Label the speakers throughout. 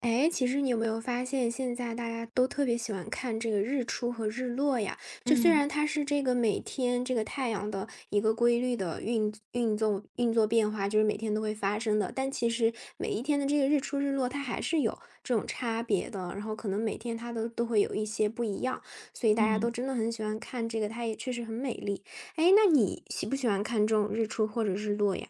Speaker 1: 哎，其实你有没有发现，现在大家都特别喜欢看这个日出和日落呀？就虽
Speaker 2: 嗯
Speaker 1: 然它是这个每天这个太阳的一个规律的运作变化，就是每天都会发生的，但其实每一天的这个日出日落，它还是有这种差别的。然后可能每天它都会有一些不一样，所以大家都
Speaker 2: 嗯，
Speaker 1: 真的很喜欢看这个，它也确实很美丽。哎，那你喜不喜欢看这种日出或者日落呀？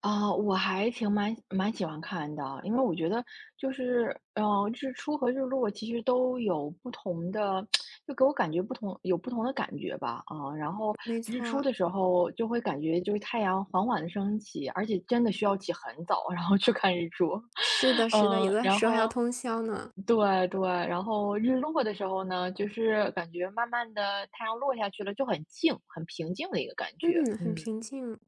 Speaker 2: 啊，我还挺蛮喜欢看的，因为我觉得就是，日出和日落其实都有不同的，就给我感觉不同，有不同的感觉吧，啊，然后
Speaker 1: 没
Speaker 2: 日出
Speaker 1: 错，
Speaker 2: 的时候就会感觉就是太阳缓缓的升起，而且真的需要起很早，然后去看日出，
Speaker 1: 是的，是的，有
Speaker 2: 嗯，
Speaker 1: 的
Speaker 2: 然
Speaker 1: 时候还要
Speaker 2: 后。
Speaker 1: 通宵呢。
Speaker 2: 对对，然后日落的时候呢，就是感觉慢慢的太阳落下去了，就很静、很平静的一个感觉。
Speaker 1: 嗯，很
Speaker 2: 嗯，
Speaker 1: 平静。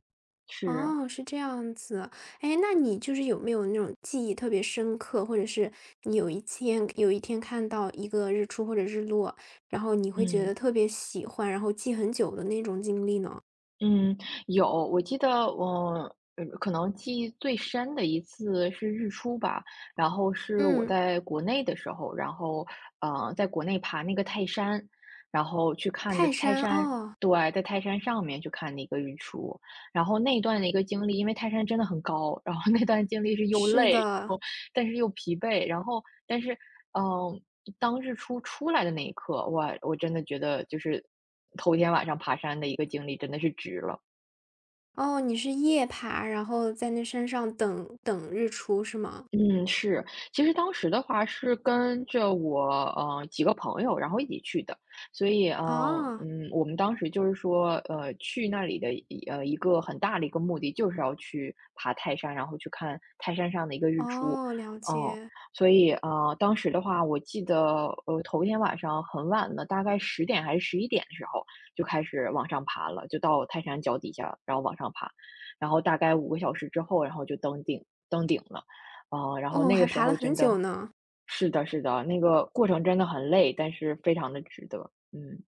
Speaker 2: 是。
Speaker 1: 哦，是这样子。哎，那你就是有没有那种记忆特别深刻，或者是你有一天看到一个日出或者日落，然后你会觉得
Speaker 2: 嗯
Speaker 1: 特别喜欢，然后记很久的那种经历呢？
Speaker 2: 嗯，有，我记得可能记忆最深的一次是日出吧，然后是我
Speaker 1: 嗯，
Speaker 2: 在国内的时候，然后在国内爬那个泰山，然后去看的
Speaker 1: 泰
Speaker 2: 泰
Speaker 1: 山，
Speaker 2: 山，
Speaker 1: 哦，
Speaker 2: 对，在泰山上面去看那个日出，然后那段的一个经历，因为泰山真的很高，然后那段经历是又
Speaker 1: 是
Speaker 2: 累，然
Speaker 1: 的。
Speaker 2: 后但是又疲惫，然后但是嗯，当日出出来的那一刻，哇，我真的觉得就是头天晚上爬山的一个经历真的是值了。
Speaker 1: 哦，你是夜爬，然后在那山上等等日出是吗？
Speaker 2: 嗯，是。其实当时的话是跟着我，几个朋友，然后一起去的。所以
Speaker 1: 啊，
Speaker 2: 我们当时就是说，去那里的一个很大的一个目的就是要去爬泰山，然后去看泰山上的一个日出。
Speaker 1: 哦，了
Speaker 2: 嗯，
Speaker 1: 解。
Speaker 2: 所以，当时的话，我记得，头一天晚上很晚了，大概10点还是11点的时候就开始往上爬了，就到泰山脚底下，然后往上爬，然后大概5个小时之后，然后就登顶了。啊，然后
Speaker 1: 哦，
Speaker 2: 那个
Speaker 1: 还
Speaker 2: 时
Speaker 1: 爬了
Speaker 2: 候
Speaker 1: 很
Speaker 2: 真的
Speaker 1: 久呢。
Speaker 2: 是的，是的，那个过程真的很累，但是非常的值得，嗯。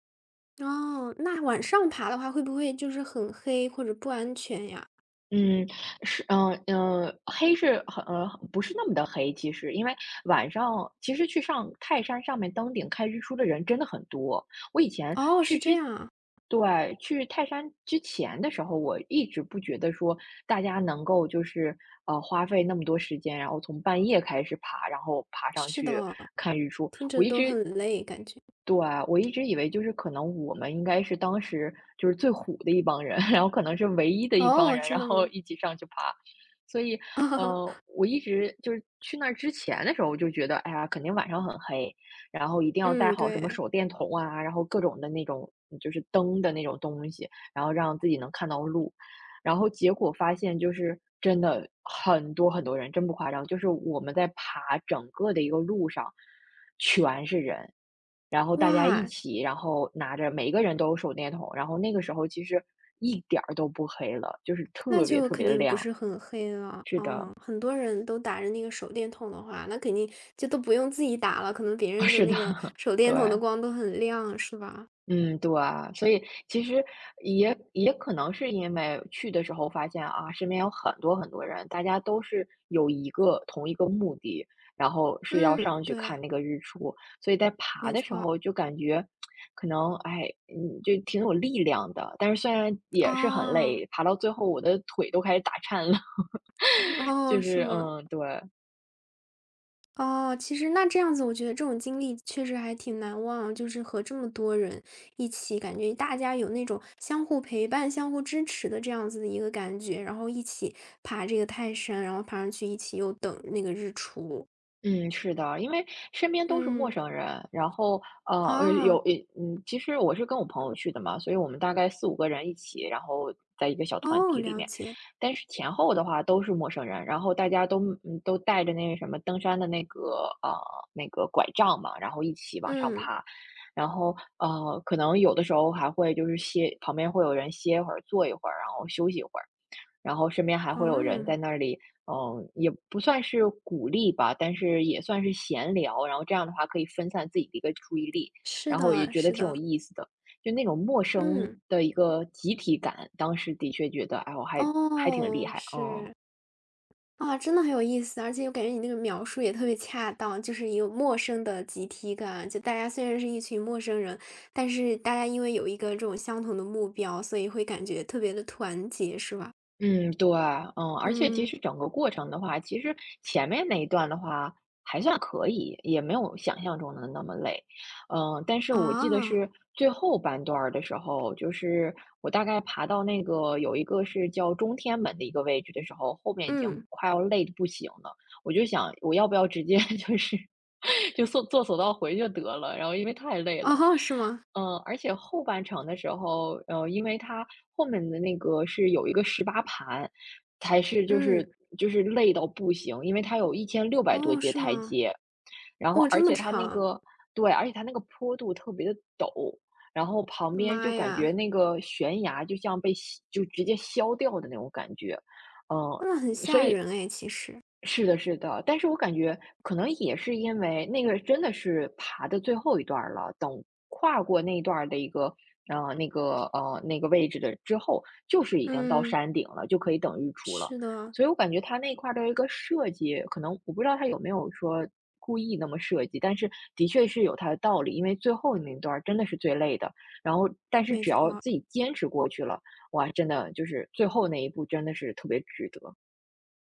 Speaker 1: 哦，那往上爬的话，会不会就是很黑或者不安全呀？
Speaker 2: 嗯，是黑是很呃，不是那么的黑，其实，因为晚上其实去上泰山上面登顶看日出的人真的很多。我以前
Speaker 1: 哦，
Speaker 2: 去
Speaker 1: 是
Speaker 2: 之
Speaker 1: 这样啊，
Speaker 2: 对，去泰山之前的时候，我一直不觉得说大家能够就是，花费那么多时间，然后从半夜开始爬，然后爬上
Speaker 1: 是的
Speaker 2: 去
Speaker 1: 哦，
Speaker 2: 看日出，
Speaker 1: 听
Speaker 2: 我
Speaker 1: 着
Speaker 2: 一
Speaker 1: 都
Speaker 2: 直
Speaker 1: 很累感觉。
Speaker 2: 对，我一直以为就是可能我们应该是当时就是最虎的一帮人，然后可能是唯一的一帮
Speaker 1: 哦，
Speaker 2: 人，
Speaker 1: 真
Speaker 2: 然
Speaker 1: 的
Speaker 2: 后
Speaker 1: 吗？
Speaker 2: 一起上去爬。所以，我一直就是去那儿之前的时候，我就觉得，哎呀，肯定晚上很黑，然后一定要带
Speaker 1: 嗯，
Speaker 2: 好什么
Speaker 1: 对，
Speaker 2: 手电筒啊，然后各种的那种就是灯的那种东西，然后让自己能看到路。然后结果发现，就是真的很多很多人，真不夸张，就是我们在爬整个的一个路上，全是人，然后大家一
Speaker 1: 哇，
Speaker 2: 起，然后拿着每个人都有手电筒，然后那个时候其实一点儿都不黑了，就是
Speaker 1: 那
Speaker 2: 特别
Speaker 1: 就
Speaker 2: 特
Speaker 1: 肯
Speaker 2: 别的
Speaker 1: 定不
Speaker 2: 亮，
Speaker 1: 是很黑了。
Speaker 2: 是
Speaker 1: 哦，
Speaker 2: 的，
Speaker 1: 很多人都打着那个手电筒的话，那肯定就都不用自己打了，可能别 人的
Speaker 2: 是的，
Speaker 1: 那个 手
Speaker 2: 对。
Speaker 1: 电筒的光都很亮，是吧？
Speaker 2: 嗯，对啊，所以其实也可能是因为去的时候发现啊，身边有很多很多人，大家都是有一个同一个目的，然后是要
Speaker 1: 嗯，
Speaker 2: 上去
Speaker 1: 对，
Speaker 2: 看那个日出，所以在爬
Speaker 1: 没
Speaker 2: 的时
Speaker 1: 错。
Speaker 2: 候就感觉可能哎，就挺有力量的，但是虽然也是很
Speaker 1: 哦，
Speaker 2: 累，爬到最后我的腿都开始打颤了，就
Speaker 1: 哦，是
Speaker 2: 是
Speaker 1: 吗？
Speaker 2: 嗯，对。
Speaker 1: 哦，其实那这样子，我觉得这种经历确实还挺难忘，就是和这么多人一起，感觉大家有那种相互陪伴、相互支持的这样子的一个感觉，然后一起爬这个泰山，然后爬上去一起又等那个日出。
Speaker 2: 嗯，是的，因为身边都是陌
Speaker 1: 嗯，
Speaker 2: 生人，然后呃呃有
Speaker 1: 啊，
Speaker 2: 呃嗯，其实我是跟我朋友去的嘛，所以我们大概四五个人一起，然后在一个小团
Speaker 1: 哦，
Speaker 2: 体里
Speaker 1: 了
Speaker 2: 面，
Speaker 1: 解，
Speaker 2: 但是前后的话都是陌生人，然后大家都带着那个什么登山的那个拐杖嘛，然后一起往上
Speaker 1: 嗯，
Speaker 2: 爬，然后可能有的时候还会就是歇，旁边会有人歇一会儿，坐一会儿，然后休息一会儿。然后身边还会有人在
Speaker 1: 哦，
Speaker 2: 那里，也不算是鼓励吧，但是也算是闲聊，然后这样的话可以分散自己的一个注意力，
Speaker 1: 是
Speaker 2: 然后也
Speaker 1: 的，
Speaker 2: 觉得
Speaker 1: 是
Speaker 2: 挺有
Speaker 1: 的，
Speaker 2: 意思的，就那种陌生
Speaker 1: 嗯，
Speaker 2: 的一个集体感，当时的确觉得，哎，我还挺厉
Speaker 1: 哦，
Speaker 2: 害，嗯。
Speaker 1: 是。啊，真的很有意思，而且我感觉你那个描述也特别恰当，就是有陌生的集体感。就大家虽然是一群陌生人，但是大家因为有一个这种相同的目标，所以会感觉特别的团结，是吧？
Speaker 2: 嗯，对，而且其
Speaker 1: 嗯，
Speaker 2: 实整个过程的话，其实前面那一段的话还算可以，也没有想象中的那么累。但是我记得
Speaker 1: 啊，
Speaker 2: 是最后半段儿的时候，就是我大概爬到那个有一个是叫中天门的一个位置的时候，后面已经
Speaker 1: 嗯，
Speaker 2: 快要累得不行了，我就想我要不要直接 就是就坐坐索道回去得了，然后因为太累了。
Speaker 1: 哦，是吗？
Speaker 2: 而且后半程的时候，因为它后面的那个是有一个十八盘，才是就
Speaker 1: 嗯，
Speaker 2: 是就是累到不行，因为它有1,600多
Speaker 1: 哦，
Speaker 2: 节
Speaker 1: 是
Speaker 2: 台
Speaker 1: 吗？
Speaker 2: 阶，然后
Speaker 1: 哦，这
Speaker 2: 而
Speaker 1: 么
Speaker 2: 且它那
Speaker 1: 长，
Speaker 2: 个对，而且它那个坡度特别的陡，然后旁边
Speaker 1: 妈
Speaker 2: 就感觉
Speaker 1: 呀，
Speaker 2: 那个悬崖就像被吸就直接削掉的那种感觉，
Speaker 1: 那很
Speaker 2: 嗯，所
Speaker 1: 吓
Speaker 2: 以
Speaker 1: 人哎，其实，
Speaker 2: 是的是的，但是我感觉可能也是因为那个真的是爬的最后一段儿了，等跨过那一段儿的一个那个那个位置的之后，就是已经到
Speaker 1: 嗯，
Speaker 2: 山顶了，就可以等日出了。
Speaker 1: 是的，
Speaker 2: 所以我感觉他那一块儿的一个设计，可能我不知道他有没有说故意那么设计，但是的确是有它的道理。因为最后那段儿真的是最累的，然后但是
Speaker 1: 没
Speaker 2: 只要
Speaker 1: 错。
Speaker 2: 自己坚持过去了，哇，真的就是最后那一步真的是特别值得。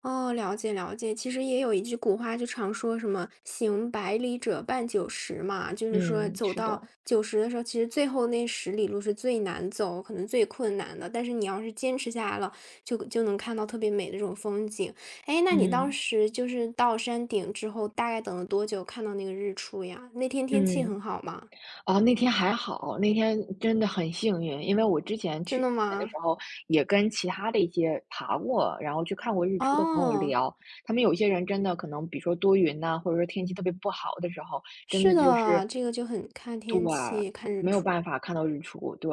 Speaker 1: 哦，了解了解。其实也有一句古话，就常说什么“行百里者半九十”嘛，就是说
Speaker 2: 嗯，
Speaker 1: 走
Speaker 2: 是的，
Speaker 1: 到九十的时候，其实最后那10里路是最难走，可能最困难的。但是你要是坚持下来了，就能看到特别美的这种风景。哎，那你当
Speaker 2: 嗯
Speaker 1: 时就是到山顶之后，大概等了多久看到那个日出呀？那天天气
Speaker 2: 嗯。
Speaker 1: 很好吗？
Speaker 2: 啊，那天还好，那天真的很幸运，因为我之前
Speaker 1: 真
Speaker 2: 去之
Speaker 1: 的
Speaker 2: 前的
Speaker 1: 吗？
Speaker 2: 时候，也跟其他的一些爬过，然后去看过日出的朋友
Speaker 1: 哦，
Speaker 2: 聊，他们有些人真的可能，比如说多云呐、或者说天气特别不好的时候，真
Speaker 1: 是
Speaker 2: 的就是
Speaker 1: 的，这个就很看天气，看日
Speaker 2: 没有
Speaker 1: 出。
Speaker 2: 办法看到日出，对。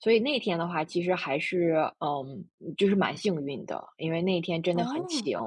Speaker 2: 所以那天的话，其实还是，就是蛮幸运的，因为那天真的很
Speaker 1: 哦，
Speaker 2: 晴。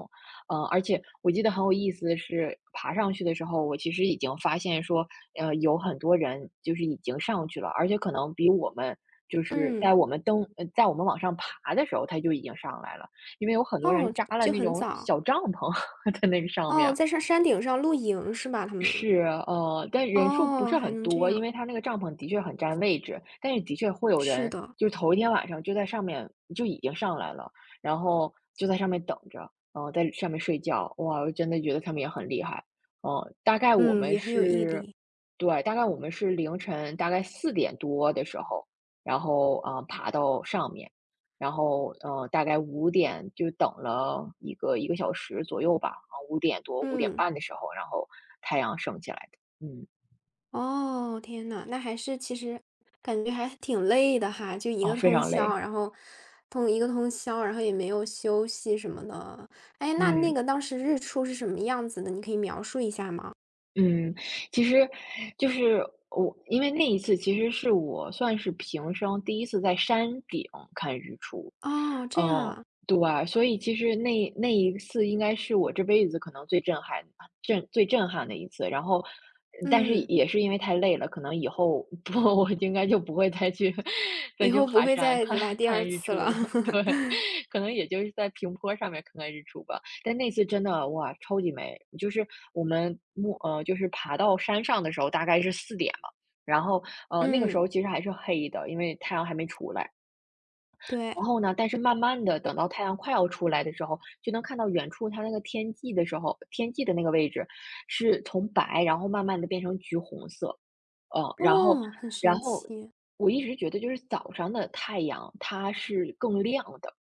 Speaker 2: 而且我记得很有意思的是，爬上去的时候，我其实已经发现说，有很多人就是已经上去了，而且可能比我们就是
Speaker 1: 嗯，
Speaker 2: 在我们往上爬的时候，他就已经上来了，因为有很多人
Speaker 1: 哦，
Speaker 2: 扎了
Speaker 1: 就
Speaker 2: 那
Speaker 1: 很
Speaker 2: 种
Speaker 1: 早。
Speaker 2: 小帐篷 在那个上
Speaker 1: 哦，
Speaker 2: 面，
Speaker 1: 在上山顶上露营是吧？他们？
Speaker 2: 是，但人数不
Speaker 1: 哦，
Speaker 2: 是
Speaker 1: 还
Speaker 2: 很
Speaker 1: 能这
Speaker 2: 多，因
Speaker 1: 样，
Speaker 2: 为他那个帐篷的确很占位置，但是的确会有
Speaker 1: 是
Speaker 2: 人，
Speaker 1: 的，
Speaker 2: 就是头一天晚上就在上面就已经上来了，然后就在上面等着，在上面睡觉，哇，我真的觉得他们也很厉害，大概我
Speaker 1: 嗯，
Speaker 2: 们
Speaker 1: 也很有毅
Speaker 2: 是，
Speaker 1: 力。
Speaker 2: 对，大概我们是凌晨大概4点多的时候，然后爬到上面，然后大概五点就等了一个小时左右吧，5点多、五点
Speaker 1: 嗯，
Speaker 2: 半的时候，然后太阳升起来的。嗯，
Speaker 1: 哦，天呐，那还是其实感觉还是挺累的哈，就一
Speaker 2: 哦，
Speaker 1: 个
Speaker 2: 非
Speaker 1: 通
Speaker 2: 常
Speaker 1: 宵，
Speaker 2: 累，
Speaker 1: 然后通一个通宵，然后也没有休息什么的。哎，那
Speaker 2: 嗯。
Speaker 1: 那个当时日出是什么样子的？你可以描述一下吗？
Speaker 2: 嗯，其实就是我，因为那一次其实是我算是平生第一次在山顶看日出，
Speaker 1: 哦，这样
Speaker 2: 嗯，
Speaker 1: 啊，
Speaker 2: 对啊，所以其实那一次应该是我这辈子可能最震撼的一次。然后，但是
Speaker 1: 嗯，
Speaker 2: 也是因为太累了，可能以后不，我应该就不会再去 再
Speaker 1: 以
Speaker 2: 去
Speaker 1: 后不
Speaker 2: 爬
Speaker 1: 会
Speaker 2: 山
Speaker 1: 再
Speaker 2: 看
Speaker 1: 来第
Speaker 2: 看
Speaker 1: 二
Speaker 2: 日
Speaker 1: 次
Speaker 2: 出
Speaker 1: 了。
Speaker 2: 了。对，可能也就是在平坡上面看看日出吧。但那次真的，哇，超级美！就是我们就是爬到山上的时候，大概是4点嘛。然后，那个时
Speaker 1: 嗯，
Speaker 2: 候其实还是黑的，因为太阳还没出来。
Speaker 1: 对，
Speaker 2: 然后呢，但是慢慢的，等到太阳快要出来的时候，就能看到远处它那个天际的那个位置，是从白，然后慢慢的变成橘红色。嗯，然后
Speaker 1: 哦，很
Speaker 2: 然
Speaker 1: 神
Speaker 2: 后
Speaker 1: 奇。
Speaker 2: 我一直觉得就是早上的太阳，它是更亮的，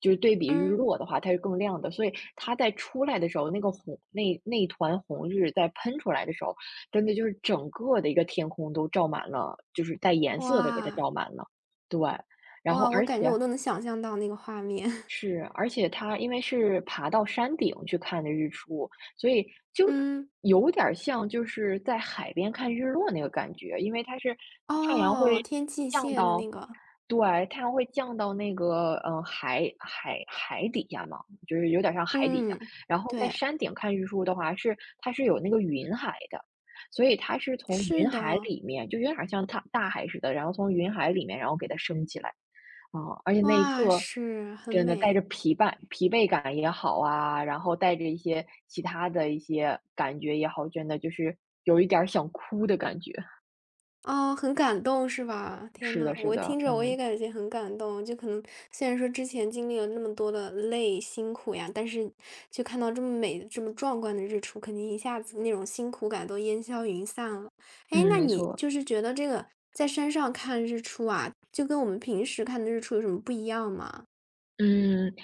Speaker 2: 就是对比日
Speaker 1: 嗯，
Speaker 2: 落的话，它是更亮的，所以它在出来的时候，那个红那那一团红日在喷出来的时候，真的就是整个的一个天空都照满了就是带颜色的给它
Speaker 1: 哇。
Speaker 2: 照满了。对，然后
Speaker 1: 哇，我感觉我都能想象到那个画面。
Speaker 2: 而且它因为是爬到山顶去看的日出，所以就
Speaker 1: 嗯，
Speaker 2: 有点儿像就是在海边看日落那个感觉，因为它是太阳
Speaker 1: 哦，
Speaker 2: 会
Speaker 1: 天际
Speaker 2: 降
Speaker 1: 线的
Speaker 2: 到，
Speaker 1: 那个，
Speaker 2: 对，太阳会降到那个海底下嘛，就是有点像海底下。
Speaker 1: 嗯，
Speaker 2: 然后在
Speaker 1: 对，
Speaker 2: 山顶看日出的话，是它是有那个云海的，所以它是从
Speaker 1: 是
Speaker 2: 云海
Speaker 1: 的，
Speaker 2: 里面，就有点像大大海似的，然后从云海里面，然后给它升起来。哦，而且那一
Speaker 1: 哇，
Speaker 2: 刻，
Speaker 1: 是，很
Speaker 2: 真的带
Speaker 1: 美。
Speaker 2: 着疲惫感也好啊，然后带着一些其他的一些感觉也好，真的就是有一点儿想哭的感觉。
Speaker 1: 哦，很感动是吧？天
Speaker 2: 是的，
Speaker 1: 呐，
Speaker 2: 是
Speaker 1: 我听
Speaker 2: 的，
Speaker 1: 着我也
Speaker 2: 嗯，
Speaker 1: 感觉很感动。就可能虽然说之前经历了那么多的累、辛苦呀，但是就看到这么美、这么壮观的日出，肯定一下子那种辛苦感都烟消云散了。哎，
Speaker 2: 嗯，
Speaker 1: 那
Speaker 2: 没
Speaker 1: 你
Speaker 2: 错。
Speaker 1: 就是觉得这个在山上看日出啊，就跟我们平时看的日出有什么不一样吗？
Speaker 2: 嗯，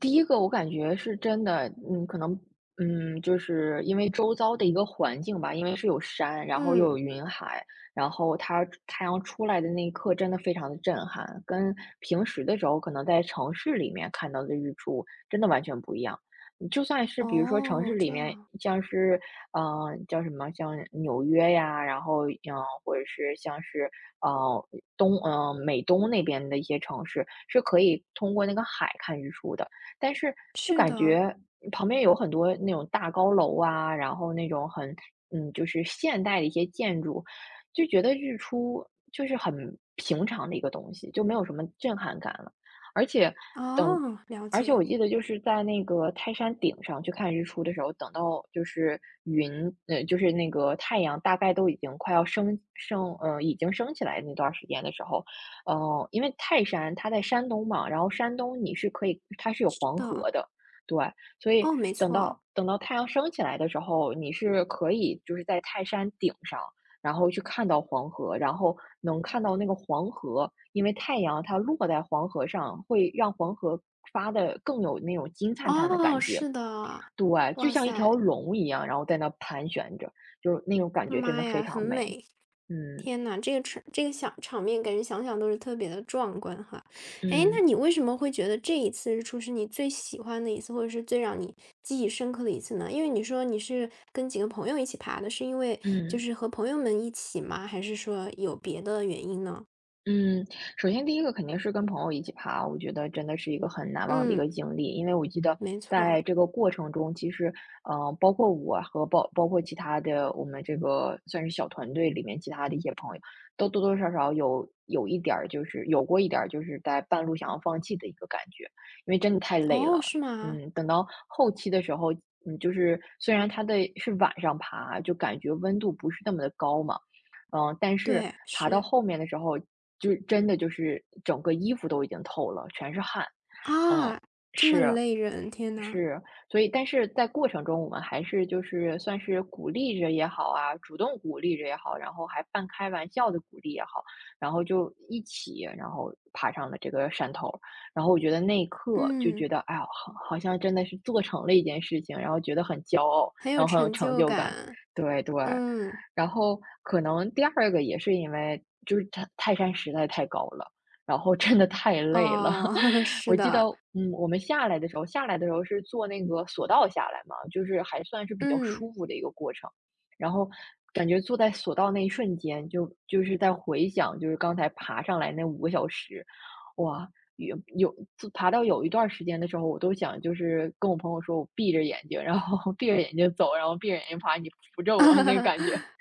Speaker 2: 第一个我感觉是真的，可能，就是因为周遭的一个环境吧，因为是有山，然后又有
Speaker 1: 嗯，
Speaker 2: 云海，然后它太阳出来的那一刻真的非常的震撼，跟平时的时候可能在城市里面看到的日出真的完全不一样。嗯就算是比如说城市
Speaker 1: 哦，
Speaker 2: 里
Speaker 1: 这
Speaker 2: 面，
Speaker 1: 样，
Speaker 2: 像是嗯、叫什么，像纽约呀，然后或者是像是呃，美东那边的一些城市，是可以通过那个海看日出的。但是就
Speaker 1: 是
Speaker 2: 感
Speaker 1: 的，
Speaker 2: 觉旁边有很多那种大高楼啊，然后那种很就是现代的一些建筑，就觉得日出就是很平常的一个东西，就没有什么震撼感了。而且等
Speaker 1: 哦，了解，
Speaker 2: 我记得就是在那个泰山顶上去看日出的时候，等到就是云，就是那个太阳大概都已经升起来那段儿时间的时候，因为泰山它在山东嘛，然后山东你是可以，它是有
Speaker 1: 是
Speaker 2: 黄
Speaker 1: 的，
Speaker 2: 河的，对，所以
Speaker 1: 哦，没
Speaker 2: 等到
Speaker 1: 错，
Speaker 2: 等到太阳升起来的时候，你是可以就是在泰山顶上，然后去看到黄河，然后能看到那个黄河，因为太阳它落在黄河上，会让黄河发的更有那种金灿灿的感
Speaker 1: 哦，
Speaker 2: 觉。
Speaker 1: 是的，
Speaker 2: 对，就
Speaker 1: 哇
Speaker 2: 像一
Speaker 1: 塞。
Speaker 2: 条龙一样，然后在那盘旋着，就是那种感觉真
Speaker 1: 妈
Speaker 2: 的非
Speaker 1: 呀，很
Speaker 2: 常美。
Speaker 1: 美！
Speaker 2: 嗯
Speaker 1: 天呐，这个场面，感觉想想都是特别的壮观哈。哎，
Speaker 2: 嗯
Speaker 1: 那你为什么会觉得这一次日出是你最喜欢的一次，或者是最让你记忆深刻的一次呢？因为你说你是跟几个朋友一起爬的，是因为就
Speaker 2: 嗯。
Speaker 1: 是和朋友们一起吗？还是说有别的原因呢？
Speaker 2: 嗯，首先第一个肯定是跟朋友一起爬，我觉得真的是一个很难忘的一
Speaker 1: 嗯，
Speaker 2: 个经历。因为我记得
Speaker 1: 没错。
Speaker 2: 在这个过程中，其实，包括我和包括其他的我们这个算是小团队里面其他的一些朋友，都多多少少有一点儿，就是有过一点儿，就是在半路想要放弃的一个感觉，因为真的太累
Speaker 1: 哦，
Speaker 2: 了。
Speaker 1: 是吗？
Speaker 2: 等到后期的时候，就是虽然它的是晚上爬，就感觉温度不是那么的高嘛。但是
Speaker 1: 对，
Speaker 2: 爬到
Speaker 1: 是。
Speaker 2: 后面的时候，就真的就是整个衣服都已经透了，全是汗。嗯，
Speaker 1: 啊，这么
Speaker 2: 是
Speaker 1: 累人，天呐。
Speaker 2: 是，所以但是在过程中，我们还是就是算是鼓励着也好啊，主动鼓励着也好，然后还半开玩笑的鼓励也好，然后就一起，然后爬上了这个山头儿。然后我觉得那一刻就觉
Speaker 1: 嗯，
Speaker 2: 得，哎呀，好，好像真的是做成了一件事情，然后觉得很骄傲，
Speaker 1: 很有
Speaker 2: 然后很有
Speaker 1: 成
Speaker 2: 成
Speaker 1: 就
Speaker 2: 就感。
Speaker 1: 感。
Speaker 2: 对对。
Speaker 1: 嗯，
Speaker 2: 然后可能第二个也是因为就是泰山实在太高了，然后真的太累了。
Speaker 1: 哦，
Speaker 2: 我
Speaker 1: 是
Speaker 2: 记得，
Speaker 1: 的。
Speaker 2: 我们下来的时候，下来的时候是坐那个索道下来嘛，就是还算是比较
Speaker 1: 嗯，
Speaker 2: 舒服的一个过程。然后感觉坐在索道那一瞬间，就是在回想，就是刚才爬上来那5个小时，哇，有爬到有一段时间的时候，我都想就是跟我朋友说，我闭着眼睛，然后 闭着眼睛走，然后闭着眼睛爬，你扶着我那感觉，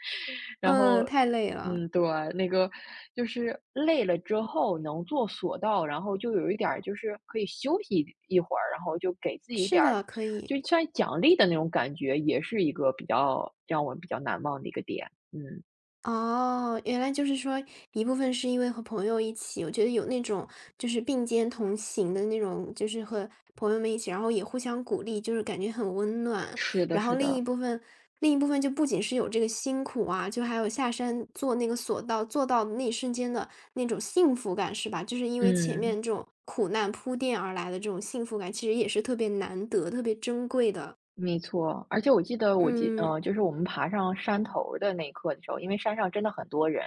Speaker 2: 然后，
Speaker 1: 嗯，太累了。
Speaker 2: 嗯，对，那个就是累了之后能坐索道，然后就有一点儿就是可以休息一会儿，然后就给自己一
Speaker 1: 是
Speaker 2: 点儿，
Speaker 1: 的，可以。
Speaker 2: 就算奖励的那种感觉，也是一个比较让我比较难忘的一个点。嗯，
Speaker 1: 哦，原来就是说一部分是因为和朋友一起，我觉得有那种就是并肩同行的那种，就是和朋友们一起，然后也互相鼓励，就是感觉很温暖。
Speaker 2: 是的，
Speaker 1: 然后
Speaker 2: 是
Speaker 1: 另一
Speaker 2: 的，
Speaker 1: 部分，另一部分就不仅是有这个辛苦啊，就还有下山坐那个索道，坐到那一瞬间的那种幸福感，是吧？就是因为前
Speaker 2: 嗯。
Speaker 1: 面这种苦难铺垫而来的这种幸福感，其实也是特别难得、特别珍贵的。
Speaker 2: 没错，而且我记得我记
Speaker 1: 嗯，
Speaker 2: 嗯，就是我们爬上山头儿的那一刻的时候，因为山上真的很多人，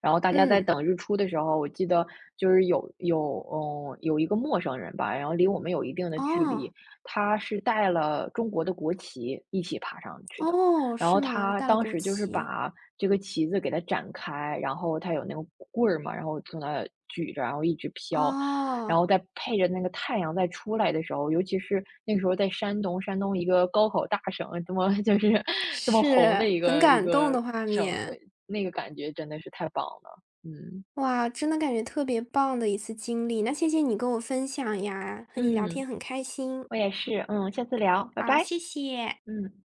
Speaker 2: 然后大家在
Speaker 1: 嗯，
Speaker 2: 等日出的时候，我记得就是有一个陌生人吧，然后离我们有一定的距离，
Speaker 1: 哦，
Speaker 2: 他是带了中国的国旗一起爬上去的，
Speaker 1: 哦，
Speaker 2: 然
Speaker 1: 是
Speaker 2: 后
Speaker 1: 吗？
Speaker 2: 他
Speaker 1: 带了
Speaker 2: 当
Speaker 1: 国
Speaker 2: 时就是
Speaker 1: 旗，
Speaker 2: 把这个旗子给它展开，然后他有那个棍儿嘛，然后从那举着，然后一直飘，然
Speaker 1: 哦，
Speaker 2: 后再配着那个太阳再出来的时候，尤其是那个时候在山东，山东一个高考大省，这么 就是这么红
Speaker 1: 是，
Speaker 2: 的一
Speaker 1: 很
Speaker 2: 个一
Speaker 1: 感动
Speaker 2: 个
Speaker 1: 的画
Speaker 2: 省，
Speaker 1: 面。
Speaker 2: 对，那个感觉真的是太棒了。嗯，
Speaker 1: 哇，真的感觉特别棒的一次经历，那谢谢你跟我分享呀，和你聊天
Speaker 2: 嗯，
Speaker 1: 很开心。
Speaker 2: 我也是，嗯，下次聊，拜
Speaker 1: 好，
Speaker 2: 拜，
Speaker 1: 谢谢。
Speaker 2: 嗯。